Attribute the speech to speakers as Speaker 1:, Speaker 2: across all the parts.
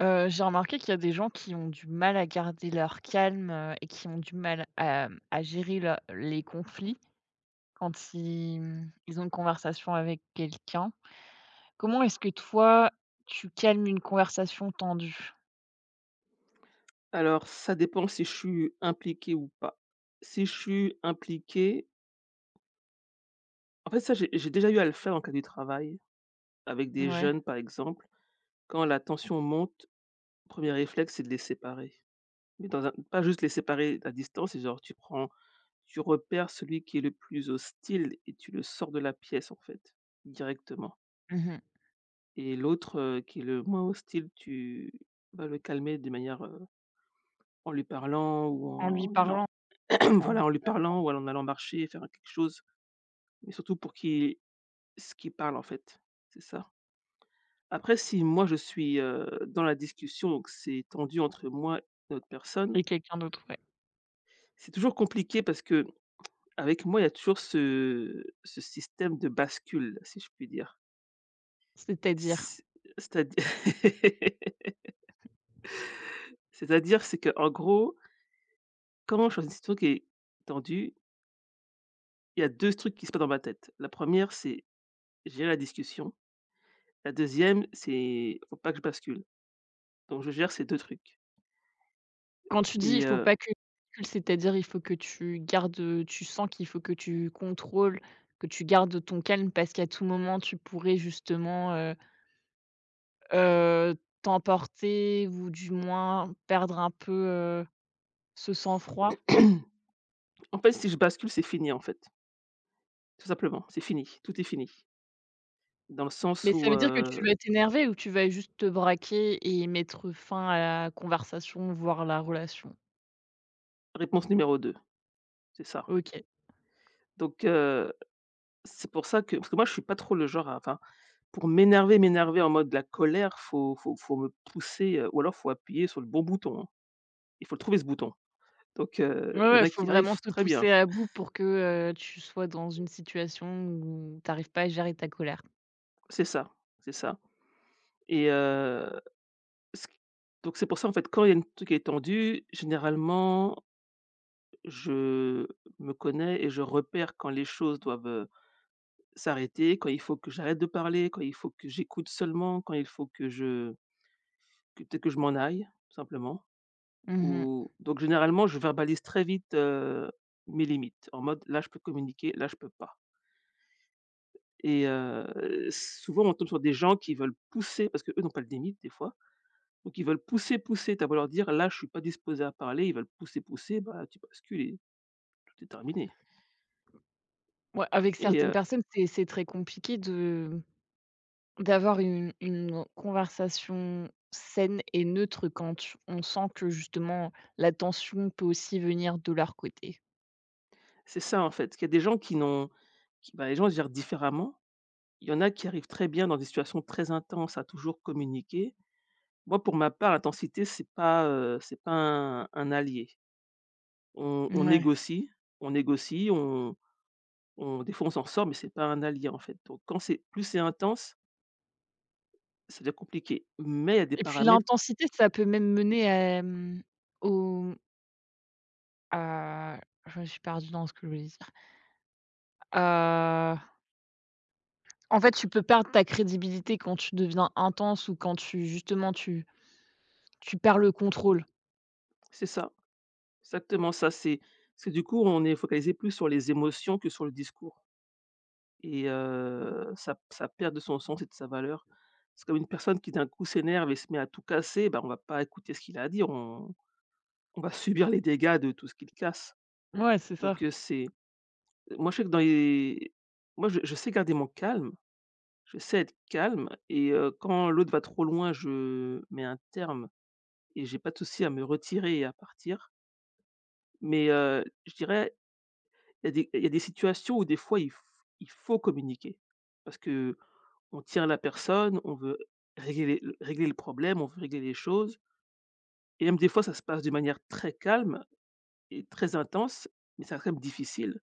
Speaker 1: J'ai remarqué qu'il y a des gens qui ont du mal à garder leur calme, et qui ont du mal à, à gérer le les conflits quand ils ont une conversation avec quelqu'un. Comment est-ce que toi, tu calmes une conversation tendue?
Speaker 2: Alors, ça dépend si je suis impliqué ou pas. Si je suis impliqué en fait, ça, j'ai déjà eu à le faire en cas du travail, avec des
Speaker 1: Ouais.
Speaker 2: jeunes, par exemple. Quand la tension monte, premier réflexe, c'est de les séparer. Mais dans un pas juste les séparer à distance, c'est genre tu repères celui qui est le plus hostile et tu le sors de la pièce, en fait, directement,
Speaker 1: Mmh.
Speaker 2: et l'autre, qui est le moins hostile, tu vas le calmer de manière, en lui parlant ou
Speaker 1: En lui
Speaker 2: en allant
Speaker 1: parlant, en
Speaker 2: voilà, en lui parlant ou en allant marcher, faire quelque chose. Mais surtout pour qu'il ce qu'il parle en fait, c'est ça. Après si moi je suis, dans la discussion, donc c'est tendu entre moi et l'autre personne,
Speaker 1: et quelqu'un d'autre, ouais.
Speaker 2: c'est toujours compliqué parce que avec moi il y a toujours ce système de bascule, si je puis dire.
Speaker 1: C'est-à-dire?
Speaker 2: C'est C'est-à-dire c'est-à-dire, c'est qu'en gros, quand je suis dans une situation qui est tendue, il y a 2 trucs qui se passent dans ma tête. La première, c'est gérer la discussion, la deuxième, c'est faut pas que je bascule. Donc je gère ces 2 trucs
Speaker 1: Quand tu dis: «Il
Speaker 2: et
Speaker 1: faut
Speaker 2: heu
Speaker 1: pas que» c'est-à-dire il faut que tu gardes, tu sens qu'il faut que tu contrôles, que tu gardes ton calme parce qu'à tout moment tu pourrais justement, Heu, t'emporter ou du moins perdre un peu, ce sang-froid?
Speaker 2: En fait, si je bascule, c'est fini, en fait, tout simplement, c'est fini, tout est fini. Dans le sens
Speaker 1: Mais ça
Speaker 2: où,
Speaker 1: veut dire que tu vas t'énerver ou tu vas juste te braquer et mettre fin à la conversation, voire la relation?
Speaker 2: réponse numéro 2, c'est ça.
Speaker 1: OK.
Speaker 2: Donc, c'est pour ça que parce que moi je suis pas trop le genre à enfin, pour m'énerver, m'énerver en mode de la colère, faut me pousser, ou alors faut appuyer sur le bon bouton, hein. Il faut le trouver, ce bouton. Donc,
Speaker 1: Ouais,
Speaker 2: il y en
Speaker 1: ouais,
Speaker 2: a
Speaker 1: faut
Speaker 2: qui
Speaker 1: vraiment
Speaker 2: arrivent
Speaker 1: te
Speaker 2: très bien.
Speaker 1: pousser à bout pour que, tu sois dans une situation où t'arrives pas à gérer ta colère.
Speaker 2: C'est ça, c'est ça et ce q donc c'est pour ça, en fait, quand il y a une truc qui est tendu, généralement, je me connais et je repère quand les choses doivent, s'arrêter, quand il faut que j'arrête de parler, quand il faut que j'écoute seulement, quand il faut que peut-être que je m'en aille, tout simplement.
Speaker 1: Mmh.
Speaker 2: Ou donc généralement, je verbalise très vite, mes limites en mode: «Là, je peux communiquer, là, je peux pas». Et souvent on tombe sur des gens qui veulent pousser parce qu'eux n'ont pas de limite des fois, donc ils veulent pousser, pousser, tu as beau leur dire: «Là, je suis pas disposé à parler», ils veulent pousser, pousser, bah, tu bascules et tout est terminé,
Speaker 1: Ouais, avec
Speaker 2: et
Speaker 1: certaines personnes, c'est très compliqué de d'avoir une conversation saine et neutre quand tu on sent que justement la tension peut aussi venir de leur côté.
Speaker 2: c'est ça en fait, qu'il y a des gens qui bah, les gens gèrent différemment. Il y en a qui arrivent très bien dans des situations très intenses à toujours communiquer. Moi, pour ma part, l'intensité, c'est pas un allié. On
Speaker 1: Ouais.
Speaker 2: négocie, on négocie, on des fois, on s'en sort, mais c'est pas un allié, en fait. Donc quand c'est plus c'est intense, ça devient compliqué. Mais il y a des
Speaker 1: Et puis
Speaker 2: paramètres
Speaker 1: l'intensité,
Speaker 2: qui...
Speaker 1: ça peut même mener à, au à je me suis perdue dans ce que je voulais dire. Heu, En fait, tu peux perdre ta crédibilité quand tu deviens intense ou quand tu justement tu perds le contrôle.
Speaker 2: C'est ça, exactement ça. C'est parce que du coup, on est focalisé plus sur les émotions que sur le discours et ça ça perd de son sens et de sa valeur. C'est comme une personne qui d'un coup s'énerve et se met à tout casser, bah, on va pas écouter ce qu'il a à dire, on va subir les dégâts de tout ce qu'il casse.
Speaker 1: Ouais, c'est ça.
Speaker 2: Donc c'est moi je sais que dans les moi je sais garder mon calme, je sais être calme et quand l'autre va trop loin, je mets un terme et j'ai pas de souci à me retirer et à partir. Mais je dirais... il y a des situations où des fois, il faut communiquer parce que on tient la personne, on veut régler le problème, on veut régler les choses et même des fois, ça se passe de manière très calme et très intense, mais c'est quand même difficile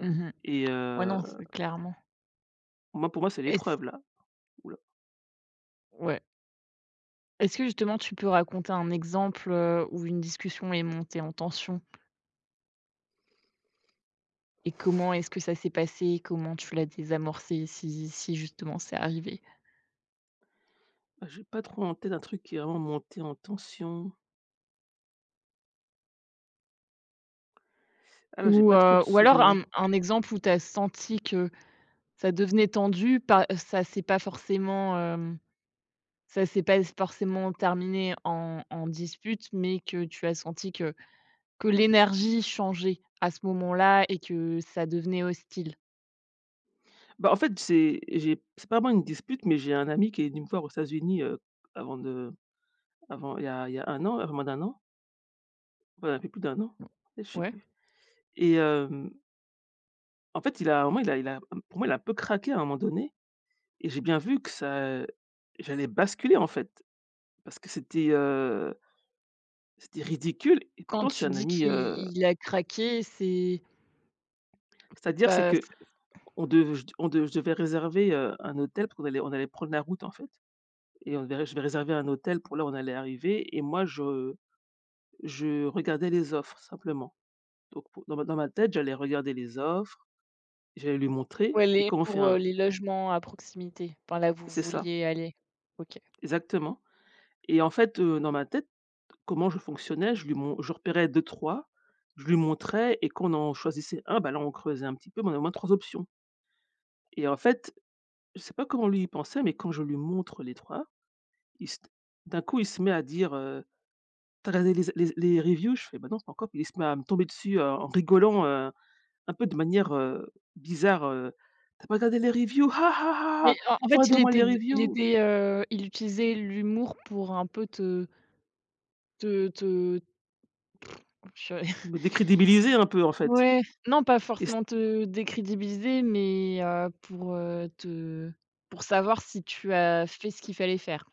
Speaker 1: Mmh.
Speaker 2: et
Speaker 1: Ouais, non, c'est clairement
Speaker 2: moi, pour moi, c'est
Speaker 1: et c
Speaker 2: l'épreuve là. Ouh là,
Speaker 1: ouais. Est-ce que justement tu peux raconter un exemple, où une discussion est montée en tension? Et comment est-ce que ça s'est passé? Comment tu l'as désamorcé si si justement c'est arrivé?
Speaker 2: j'ai pas trop en tête un truc qui est vraiment monté en tension. Ah là, j'ai pas trop de
Speaker 1: Ou alors un
Speaker 2: souvenirs.
Speaker 1: exemple où tu as senti que ça devenait tendu, pas ça s'est pas forcément, ça s'est pas forcément terminé en en dispute, mais que tu as senti que l'énergie changeait à ce moment-là et que ça devenait hostile?
Speaker 2: Bah, en fait, c'est j'ai c'est pas vraiment une dispute, mais j'ai un ami qui est venu me voir aux États-Unis, avant de avant, il y a un an, un peu moins d'1 an. Ouais, un peu plus d'un an, je sais
Speaker 1: Ouais.
Speaker 2: plus. Et en fait, il a vraiment il a pour moi, il a un peu craqué à un moment donné et j'ai bien vu que ça j'allais basculer, en fait, parce que c'était, c'était ridicule, et
Speaker 1: Quand
Speaker 2: pourtant c'est
Speaker 1: tu
Speaker 2: un
Speaker 1: dis
Speaker 2: ami,
Speaker 1: qu'il il a craqué, c'est
Speaker 2: c'est-à-dire, c'est
Speaker 1: pas.
Speaker 2: qu'on dev je on dev je devais réserver, un hôtel parce qu'on allait on allait prendre la route, en fait, et on devait je devais réserver un hôtel pour là où on allait arriver, et moi, je regardais les offres, simplement. Donc pour dans ma tête, j'allais regarder les offres, j'allais lui montrer
Speaker 1: Ouais,
Speaker 2: et
Speaker 1: les
Speaker 2: quand on fait
Speaker 1: pour,
Speaker 2: un...
Speaker 1: les logements à proximité, enfin là où vous
Speaker 2: c'est ça.
Speaker 1: vouliez aller. OK.
Speaker 2: Exactement. Et en fait, dans ma tête, comment je fonctionnais, je lui mon je repérais deux trois, je lui montrais et qu'on en choisissait un. Bah, là, on creusait un petit peu, mais on a au moins 3 options. Et en fait, je sais pas comment lui, il pensait, mais quand je lui montre les 3, il se d'un coup, il se met à dire, «Tu as regardé les a les les reviews?» Je fais: «Bah, non, pas encore». Il se met à me tomber dessus, en rigolant, un peu de manière, bizarre, «Tu as pas regardé les reviews? Ha, ha, ha, ha!
Speaker 1: Mais en
Speaker 2: Faut
Speaker 1: fait,
Speaker 2: regarder au moins les
Speaker 1: il
Speaker 2: reviews!»
Speaker 1: était, il utilisait l'humour pour un peu te te purée.
Speaker 2: Me décrédibiliser un peu, en fait.
Speaker 1: Ouais, non pas
Speaker 2: Et...
Speaker 1: forcément te décrédibiliser, mais pour, te pour savoir si tu as fait ce qu'il fallait faire.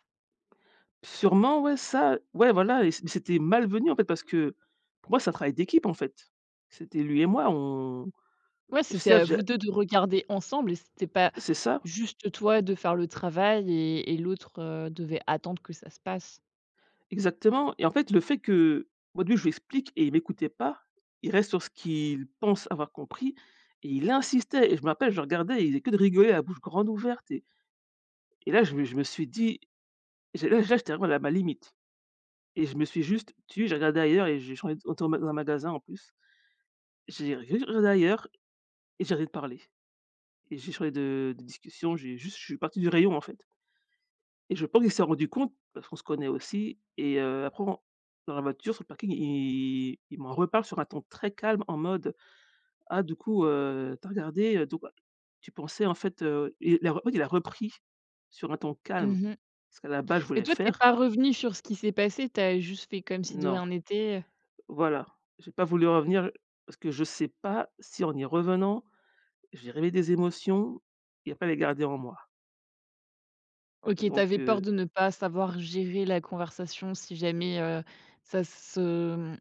Speaker 2: Sûrement, ouais, ça, ouais, voilà, et c'était malvenu, en fait, parce que pour moi, c'est un travail d'équipe, en fait. C'était lui et moi, on...
Speaker 1: Ouais, c'était
Speaker 2: certes,
Speaker 1: à
Speaker 2: je...
Speaker 1: vous 2 de regarder ensemble et c'était pas
Speaker 2: c'est ça,
Speaker 1: juste toi de faire le travail et l'autre, devait attendre que ça se passe.
Speaker 2: exactement. Et en fait, le fait que moi, lui, je lui explique et il m'écoutait pas, il reste sur ce qu'il pense avoir compris et il insistait, et je me rappelle, je le regardais et il faisait que de rigoler à la bouche grande ouverte, et là, je me suis dit j'ai là, j'étais vraiment à ma limite, et je me suis juste tu j'ai regardé ailleurs et j'ai changé de- dans un magasin, en plus. J'ai regardé ailleurs et j'ai arrêté de parler. Et j'ai changé de discussion, j'ai juste je suis parti du rayon, en fait, et je pense qu'il s'est rendu compte parce qu'on se connaît aussi, et après on... dans la voiture, sur le parking, il m'en reparle sur un ton très calme en mode: «Ah, du coup, tu as regardé, donc ah, tu pensais en fait, et il a en fait, il a repris sur un ton calme
Speaker 1: Mmh.
Speaker 2: ce qu'à la base je
Speaker 1: Mais
Speaker 2: voulais
Speaker 1: toi, t'es
Speaker 2: faire.
Speaker 1: pas revenu sur ce qui s'est passé? T'as juste fait comme si de
Speaker 2: Non,
Speaker 1: rien n'était.
Speaker 2: voilà, j'ai pas voulu revenir parce que je sais pas si en y revenant, j'ai réveillé des émotions et après les garder en moi.
Speaker 1: OK,
Speaker 2: Donc
Speaker 1: t'avais peur de ne pas savoir gérer la conversation si jamais, ça se, mmh,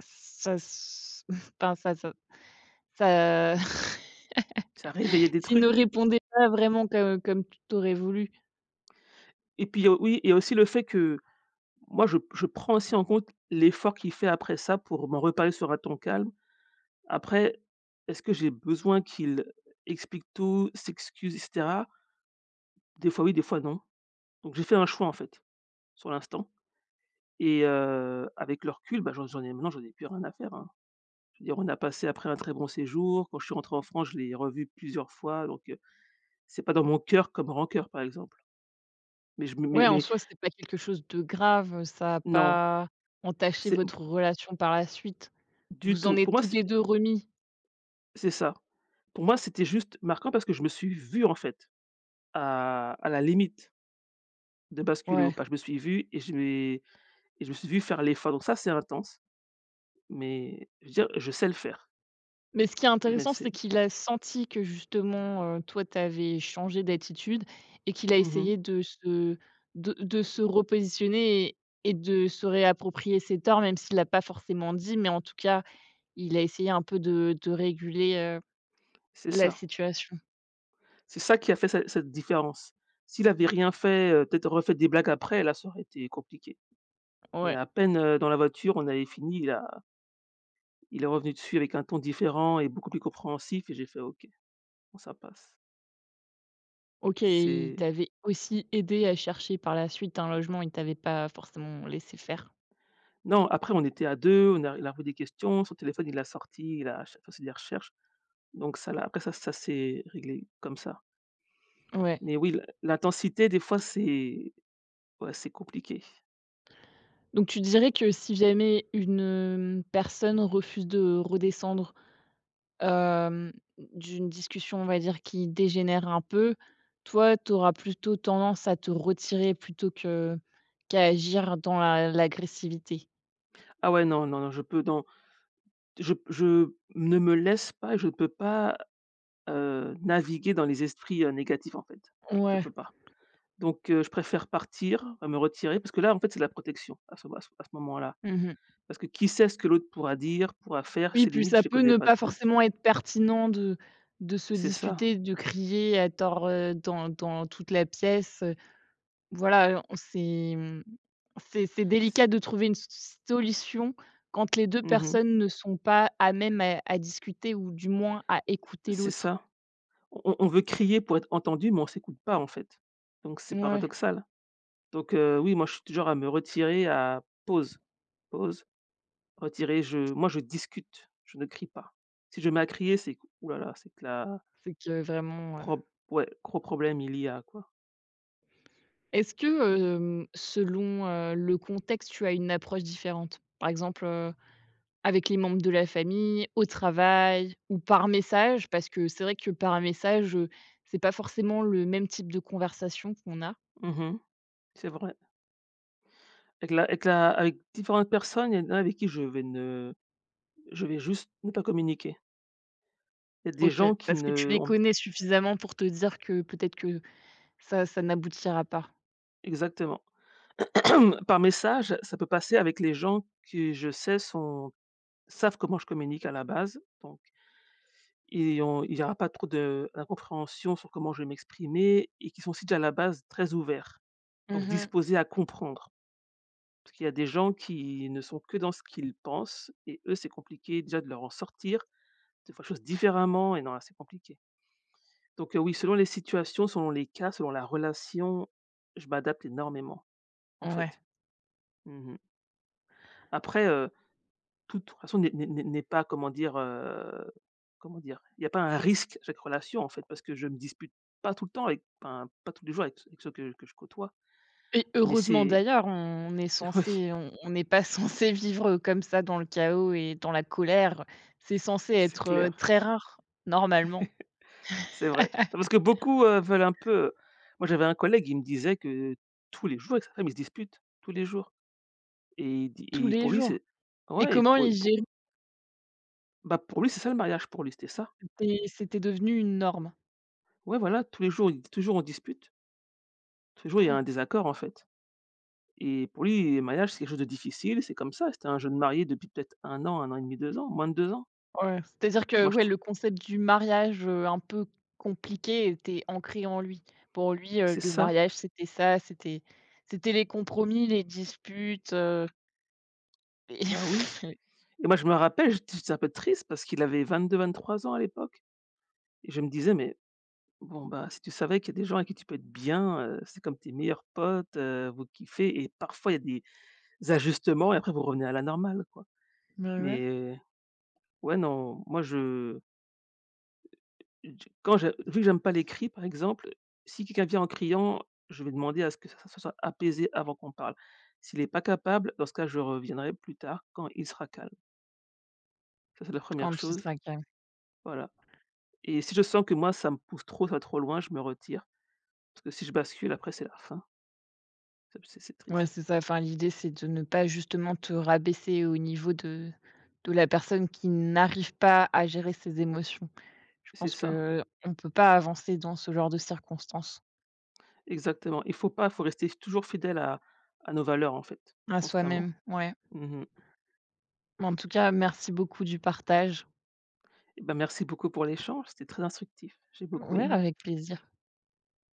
Speaker 1: ça s enfin ça ça
Speaker 2: ça réveillait des
Speaker 1: s'il ne
Speaker 2: trucs.
Speaker 1: répondait pas vraiment comme tu aurais voulu.
Speaker 2: Et puis, il y a oui, il y a aussi le fait que moi, je prends aussi en compte l'effort qu'il fait après ça pour m'en reparler sur un ton calme. Après, est-ce que j'ai besoin qu'il explique tout, s'excuse et cetera? Des fois oui, des fois non. Donc j'ai fait un choix, en fait, sur l'instant, et avec le recul, bah, j'en ai maintenant, j'en ai plus rien à faire, hein. Je veux dire, on a passé après un très bon séjour. Quand je suis rentré en France, je l'ai revu plusieurs fois, donc c'est pas dans mon cœur comme rancœur, par exemple. Mais je me
Speaker 1: Ouais, en
Speaker 2: mais
Speaker 1: soi, c'est pas quelque chose de grave, ça a
Speaker 2: non,
Speaker 1: pas entaché
Speaker 2: c'est
Speaker 1: votre relation par la suite.
Speaker 2: du
Speaker 1: Vous en
Speaker 2: tout. Pour
Speaker 1: êtes
Speaker 2: moi,
Speaker 1: tous
Speaker 2: c'est...
Speaker 1: les 2 remis.
Speaker 2: C'est ça. Pour moi, c'était juste marquant parce que je me suis vu, en fait, à la limite de basculer ou
Speaker 1: Ouais.
Speaker 2: pas. Je me suis vu et je m'ai et je me suis vu faire l'effort. Donc ça, c'est intense, mais je veux dire, je sais le faire.
Speaker 1: Mais ce qui est
Speaker 2: Mais
Speaker 1: intéressant, c'est
Speaker 2: c'est
Speaker 1: qu'il a senti que justement, toi, tu avais changé d'attitude et qu'il a
Speaker 2: mmh
Speaker 1: essayé de se repositionner et de se réapproprier ses torts, même s'il l'a pas forcément dit, mais en tout cas, il a essayé un peu de réguler,
Speaker 2: c'est
Speaker 1: la
Speaker 2: ça.
Speaker 1: situation.
Speaker 2: C'est ça qui a fait cette différence. S'il avait rien fait, peut-être refait des blagues après, là, ça aurait été compliqué. Mais
Speaker 1: Ouais.
Speaker 2: à peine, dans la voiture, on avait fini, il est revenu dessus avec un ton différent et beaucoup plus compréhensif, et j'ai fait: «OK, bon ça passe».
Speaker 1: OK, il
Speaker 2: C'est...
Speaker 1: t'avait aussi aidé à chercher par la suite un logement, il t'avait pas forcément laissé faire?
Speaker 2: Non, après on était à 2, on a il a posé des questions, son téléphone il l'a sorti, il a ch fait des recherches, donc ça l'a après ça ça s'est réglé comme ça.
Speaker 1: Ouais.
Speaker 2: Mais oui, l'intensité des fois c'est... ouais, c'est compliqué.
Speaker 1: Donc tu dirais que si jamais une, personne refuse de redescendre, hem, d'une discussion, on va dire, qui dégénère un peu, toi, tu auras plutôt tendance à te retirer plutôt que qu'à agir dans la l'agressivité?
Speaker 2: Ah ouais, non, non, non, je peux non, je ne me laisse pas et je ne peux pas, naviguer dans les esprits, négatifs, en fait. Je
Speaker 1: Ouais.
Speaker 2: peux pas. Donc je préfère partir, me retirer parce que là, en fait, c'est de la protection à ce moment-là.
Speaker 1: Mmh.
Speaker 2: Parce que qui sait ce que l'autre pourra dire, pourra faire?
Speaker 1: Oui,
Speaker 2: Ses
Speaker 1: puis
Speaker 2: limites,
Speaker 1: ça
Speaker 2: je les
Speaker 1: peut
Speaker 2: connais
Speaker 1: ne
Speaker 2: pas
Speaker 1: pas
Speaker 2: toutes.
Speaker 1: forcément être pertinent de se
Speaker 2: C'est ça.
Speaker 1: disputer, de crier à tort, dans toute la pièce, voilà, on c'est, mmh, c'est
Speaker 2: C'est
Speaker 1: délicat de trouver une s solution quand les deux
Speaker 2: mmh mh.
Speaker 1: personnes ne sont pas à même à discuter ou du moins à écouter
Speaker 2: C'est
Speaker 1: l'autre.
Speaker 2: ça. On veut crier pour être entendu, mais on s'écoute pas, en fait. Donc c'est
Speaker 1: Ouais,
Speaker 2: paradoxal. Donc oui, moi, je suis du genre à me retirer, à pause, pause, retirer, je moi, je discute, je ne crie pas. Si je mets à crier, c'est que, ouh là là, c'est que la
Speaker 1: c'est que vraiment, heu.
Speaker 2: prob ouais, gros problème, il y a, quoi.
Speaker 1: Est-ce
Speaker 2: Mmh.
Speaker 1: que, selon, le contexte, tu as une approche différente? Par exemple, avec les membres de la famille, au travail ou par message, parce que c'est vrai que par message, c'est pas forcément le même type de conversation qu'on a.
Speaker 2: Mmh mh. C'est vrai. Avec différentes personnes, il y en a avec qui je vais juste ne pas communiquer. Il y a des
Speaker 1: OK,
Speaker 2: gens qui
Speaker 1: parce que tu
Speaker 2: ne
Speaker 1: les
Speaker 2: ont
Speaker 1: connais suffisamment pour te dire que peut-être que ça n'aboutira pas.
Speaker 2: exactement. Par message, ça peut passer avec les gens qui, je sais, sont savent comment je communique à la base, donc et on il y aura pas trop de d'incompréhension sur comment je vais m'exprimer et qui sont aussi déjà à la base très ouverts, donc
Speaker 1: Mmh.
Speaker 2: disposés à comprendre. Parce qu'il y a des gens qui ne sont que dans ce qu'ils pensent et eux, c'est compliqué déjà de leur en sortir, de faire les choses différemment et non là, c'est compliqué. Donc oui, selon les situations, selon les cas, selon la relation, je m'adapte énormément, en
Speaker 1: Ouais.
Speaker 2: fait. Mmh. Après, toute relation n'est pas comment dire, comment dire? Il n'y a pas un risque à chaque relation en fait, parce que je me dispute pas tout le temps avec enfin, pas tous les jours avec ceux que je côtoie,
Speaker 1: Et
Speaker 2: mais
Speaker 1: heureusement
Speaker 2: c'est
Speaker 1: d'ailleurs, on est
Speaker 2: oui,
Speaker 1: censé on n'est pas censé vivre comme ça dans le chaos et dans la colère. C'est censé
Speaker 2: c'est
Speaker 1: être,
Speaker 2: clair,
Speaker 1: très rare, normalement,
Speaker 2: c'est vrai. Parce que beaucoup, veulent un peu, moi j'avais un collègue, il me disait que tous les jours avec sa femme, il se dispute, tous les jours et il dit
Speaker 1: tous
Speaker 2: et
Speaker 1: les
Speaker 2: pour lui
Speaker 1: jours.
Speaker 2: c'est
Speaker 1: Et
Speaker 2: ouais et
Speaker 1: comment
Speaker 2: pour
Speaker 1: ils
Speaker 2: pour
Speaker 1: gèrent?
Speaker 2: bah, pour lui c'est ça le mariage, pour lui, c'était ça.
Speaker 1: C'était c'était devenu une norme.
Speaker 2: Ouais voilà, tous les jours, il dit toujours on dispute, tous les jours il y a un désaccord en fait. Et pour lui, le mariage, c'est quelque chose de difficile, c'est comme ça. C'était un jeune marié depuis peut-être un an et demi, deux ans, moins de 2 ans.
Speaker 1: Ouais, c'est-à-dire que,
Speaker 2: Moi, je
Speaker 1: ouais,
Speaker 2: trouve
Speaker 1: le concept du mariage, un peu compliqué était ancré en lui. Pour lui,
Speaker 2: c'est
Speaker 1: le
Speaker 2: ça,
Speaker 1: mariage, c'était ça, c'était c'était les compromis, les disputes, et
Speaker 2: bah, oui et moi, je me rappelle, j'étais un peu triste parce qu'il avait 22-23 ans à l'époque et je me disais: «Mais bon, bah, si tu savais qu'il y a des gens avec qui tu peux être bien, c'est comme tes meilleurs potes, vous kiffez et parfois il y a des ajustements et après vous revenez à la normale, quoi».
Speaker 1: Bah, ouais.
Speaker 2: Mais ouais, non, moi je J quand je vu que j'aime pas les cris, par exemple, si quelqu'un vient en criant, je vais demander à ce que ça soit apaisé avant qu'on parle. S'il n'est pas capable, dans ce cas, je reviendrai plus tard quand il sera calme. Ça, c'est la première
Speaker 1: Quand tu
Speaker 2: chose,
Speaker 1: seras calme.
Speaker 2: voilà et si je sens que moi, ça me pousse trop, ça va trop loin, je me retire parce que si je bascule, après, c'est la fin. C'est
Speaker 1: Ouais,
Speaker 2: triste.
Speaker 1: c'est ça, enfin, l'idée, c'est de ne pas justement te rabaisser au niveau de la personne qui n'arrive pas à gérer ses émotions. Je
Speaker 2: C'est
Speaker 1: pense
Speaker 2: ça,
Speaker 1: que on peut pas avancer dans ce genre de circonstances,
Speaker 2: exactement. Il faut pas, faut rester toujours fidèle à nos valeurs, en fait,
Speaker 1: à
Speaker 2: constamment.
Speaker 1: soi-même, ouais.
Speaker 2: Mmh mh.
Speaker 1: En tout cas, merci beaucoup du partage.
Speaker 2: Et bah, merci beaucoup pour l'échange, c'était très instructif. J'ai beaucoup
Speaker 1: Ouais,
Speaker 2: aimé.
Speaker 1: avec plaisir.